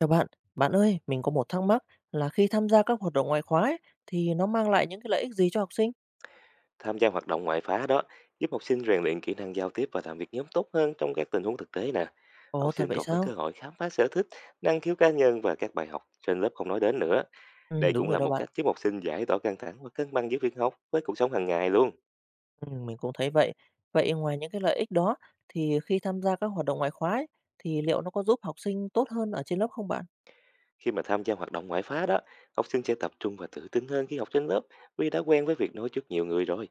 Chào bạn, bạn ơi, mình có một thắc mắc là khi tham gia các hoạt động ngoại khóa ấy, thì nó mang lại những cái lợi ích gì cho học sinh? Tham gia hoạt động ngoại khóa đó giúp học sinh rèn luyện kỹ năng giao tiếp và làm việc nhóm tốt hơn trong các tình huống thực tế nè. Ồ, Học thật sinh vậy còn có cơ sao? hội khám phá sở thích, năng khiếu cá nhân và các bài học trên lớp không nói đến nữa. Ừ, Đây đúng cũng rồi là đó một bạn. cách giúp học sinh giải tỏa căng thẳng và cân bằng giữa việc học với cuộc sống hàng ngày luôn. Ừ, mình cũng thấy vậy. Vậy ngoài những cái lợi ích đó thì khi tham gia các hoạt động ngoại khóa ấy, thì liệu nó có giúp học sinh tốt hơn ở trên lớp không bạn? Khi mà tham gia hoạt động ngoại khóa đó, học sinh sẽ tập trung và tự tin hơn khi học trên lớp vì đã quen với việc nói trước nhiều người rồi.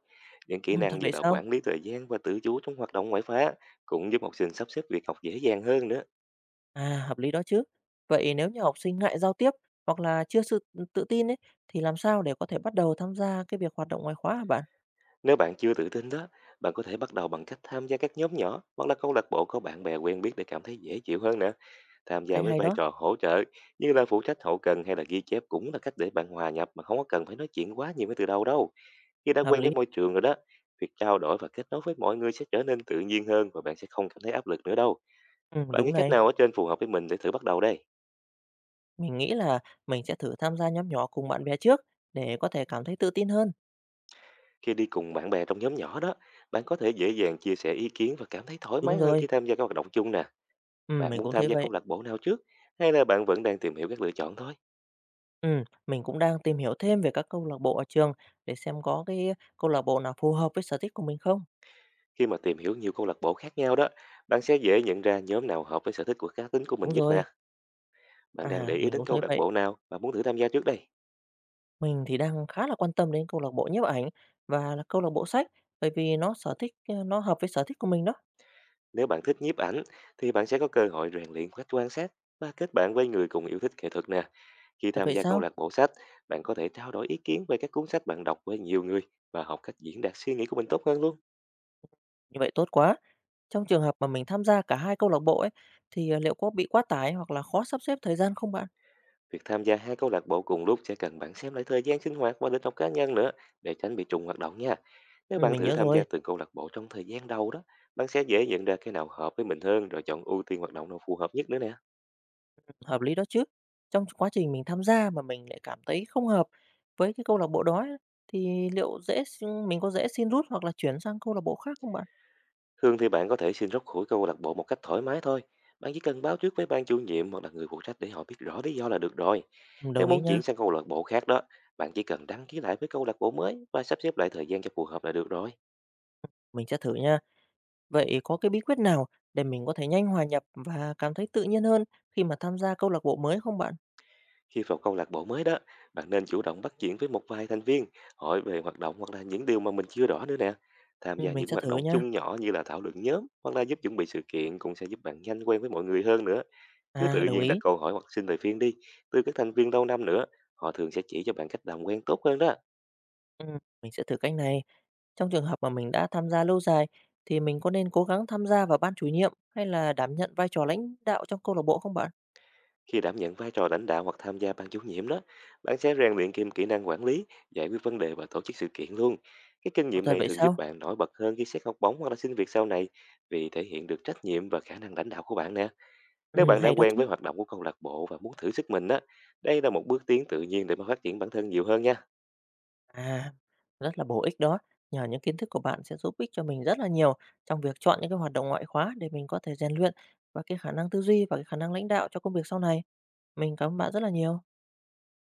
Những Ừ, kỹ thật năng như vậy là sao? quản lý thời gian và tự chủ trong hoạt động ngoại khóa cũng giúp học sinh sắp xếp việc học dễ dàng hơn nữa. À, hợp lý đó chứ. Vậy nếu như học sinh ngại giao tiếp hoặc là chưa sự tự tin ấy thì làm sao để có thể bắt đầu tham gia cái việc hoạt động ngoại khóa hả bạn? Nếu bạn chưa tự tin đó, bạn có thể bắt đầu bằng cách tham gia các nhóm nhỏ hoặc là câu lạc bộ có bạn bè quen biết để cảm thấy dễ chịu hơn nữa. Tham gia Cách với hay vai đó, trò hỗ trợ như là phụ trách hậu cần hay là ghi chép cũng là cách để bạn hòa nhập mà không có cần phải nói chuyện quá nhiều ngay từ đầu đâu. Khi đã hợp quen với lý. môi trường rồi đó, việc trao đổi và kết nối với mọi người sẽ trở nên tự nhiên hơn và bạn sẽ không cảm thấy áp lực nữa đâu. Ừ, Bạn nghĩ đúng cách này. nào ở trên phù hợp với mình để thử bắt đầu đây? Mình nghĩ là mình sẽ thử tham gia nhóm nhỏ cùng bạn bè trước để có thể cảm thấy tự tin hơn. Khi đi cùng bạn bè trong nhóm nhỏ đó, bạn có thể dễ dàng chia sẻ ý kiến và cảm thấy thoải Đúng mái hơn khi rồi, tham gia các hoạt động chung nè. ừ, Bạn mình muốn cũng tham thấy gia vậy. câu lạc bộ nào trước? Hay là bạn vẫn đang tìm hiểu các lựa chọn thôi? Ừ, mình cũng đang tìm hiểu thêm về các câu lạc bộ ở trường để xem có cái câu lạc bộ nào phù hợp với sở thích của mình không. Khi mà tìm hiểu nhiều câu lạc bộ khác nhau đó, bạn sẽ dễ nhận ra nhóm nào hợp với sở thích của cá tính của mình Đúng nhất rồi, nè. Bạn đang để à ý mình đến cũng câu thấy lạc vậy. bộ nào và muốn thử tham gia trước đây? Mình thì đang khá là quan tâm đến câu lạc bộ nhiếp ảnh và là câu lạc bộ sách bởi vì nó sở thích nó hợp với sở thích của mình đó. Nếu bạn thích nhiếp ảnh, thì bạn sẽ có cơ hội rèn luyện cách quan sát và kết bạn với người cùng yêu thích nghệ thuật nè. Khi Thật tham vậy gia câu sao? lạc bộ sách, bạn có thể trao đổi ý kiến về các cuốn sách bạn đọc với nhiều người và học cách diễn đạt suy nghĩ của mình tốt hơn luôn. Như vậy tốt quá. Trong trường hợp mà mình tham gia cả hai câu lạc bộ ấy thì liệu có bị quá tải hoặc là khó sắp xếp thời gian không bạn? Việc tham gia hai câu lạc bộ cùng lúc sẽ cần bạn xem lại thời gian sinh hoạt và lịch học cá nhân nữa để tránh bị trùng hoạt động nha. Nếu Ừ, bạn mình thử nhớ tham rồi. gia từng câu lạc bộ trong thời gian đầu đó, bạn sẽ dễ nhận ra cái nào hợp với mình hơn rồi chọn ưu tiên hoạt động nào phù hợp nhất nữa nè. Hợp lý đó chứ. Trong quá trình mình tham gia mà mình lại cảm thấy không hợp với cái câu lạc bộ đó ấy, thì liệu mình có dễ xin rút hoặc là chuyển sang câu lạc bộ khác không bạn? Thường thì bạn có thể xin rút khỏi câu lạc bộ một cách thoải mái thôi. Bạn chỉ cần báo trước với ban chủ nhiệm hoặc là người phụ trách để họ biết rõ lý do là được rồi. Ừ, đồng Nếu ý muốn nha, chuyển sang câu lạc bộ khác đó, bạn chỉ cần đăng ký lại với câu lạc bộ mới và sắp xếp lại thời gian cho phù hợp là được rồi. mình sẽ thử nha. Vậy có cái bí quyết nào để mình có thể nhanh hòa nhập và cảm thấy tự nhiên hơn khi mà tham gia câu lạc bộ mới không bạn? Khi vào câu lạc bộ mới đó, bạn nên chủ động bắt chuyện với một vài thành viên, hỏi về hoạt động hoặc là những điều mà mình chưa rõ nữa nè. Tham Ừ, gia mình những sẽ hoạt thử động nha. chung nhỏ như là thảo luận nhóm hoặc là giúp chuẩn bị sự kiện cũng sẽ giúp bạn nhanh quen với mọi người hơn nữa. Cứ À, tự đồng nhiên đặt ý. câu hỏi hoặc xin lời khuyên đi. Từ các thành viên lâu năm nữa, họ thường sẽ chỉ cho bạn cách làm quen tốt hơn đó. Ừ, mình sẽ thử cách này. Trong trường hợp mà mình đã tham gia lâu dài thì mình có nên cố gắng tham gia vào ban chủ nhiệm hay là đảm nhận vai trò lãnh đạo trong câu lạc bộ không bạn? Khi đảm nhận vai trò lãnh đạo hoặc tham gia ban chủ nhiệm đó, bạn sẽ rèn luyện kìm kỹ năng quản lý, giải quyết vấn đề và tổ chức sự kiện luôn. Cái kinh Có nghiệm thật này vậy thường giúp sao? bạn nổi bật hơn khi xét học bổng hoặc là xin việc sau này vì thể hiện được trách nhiệm và khả năng lãnh đạo của bạn nè. Nếu bạn đã Hay đó quen chứ. với hoạt động của câu lạc bộ và muốn thử sức mình á, đây là một bước tiến tự nhiên để mà phát triển bản thân nhiều hơn nha. À, rất là bổ ích đó. Nhờ những kiến thức của bạn sẽ giúp ích cho mình rất là nhiều trong việc chọn những cái hoạt động ngoại khóa để mình có thể rèn luyện và cái khả năng tư duy và cái khả năng lãnh đạo cho công việc sau này. Mình cảm ơn bạn rất là nhiều.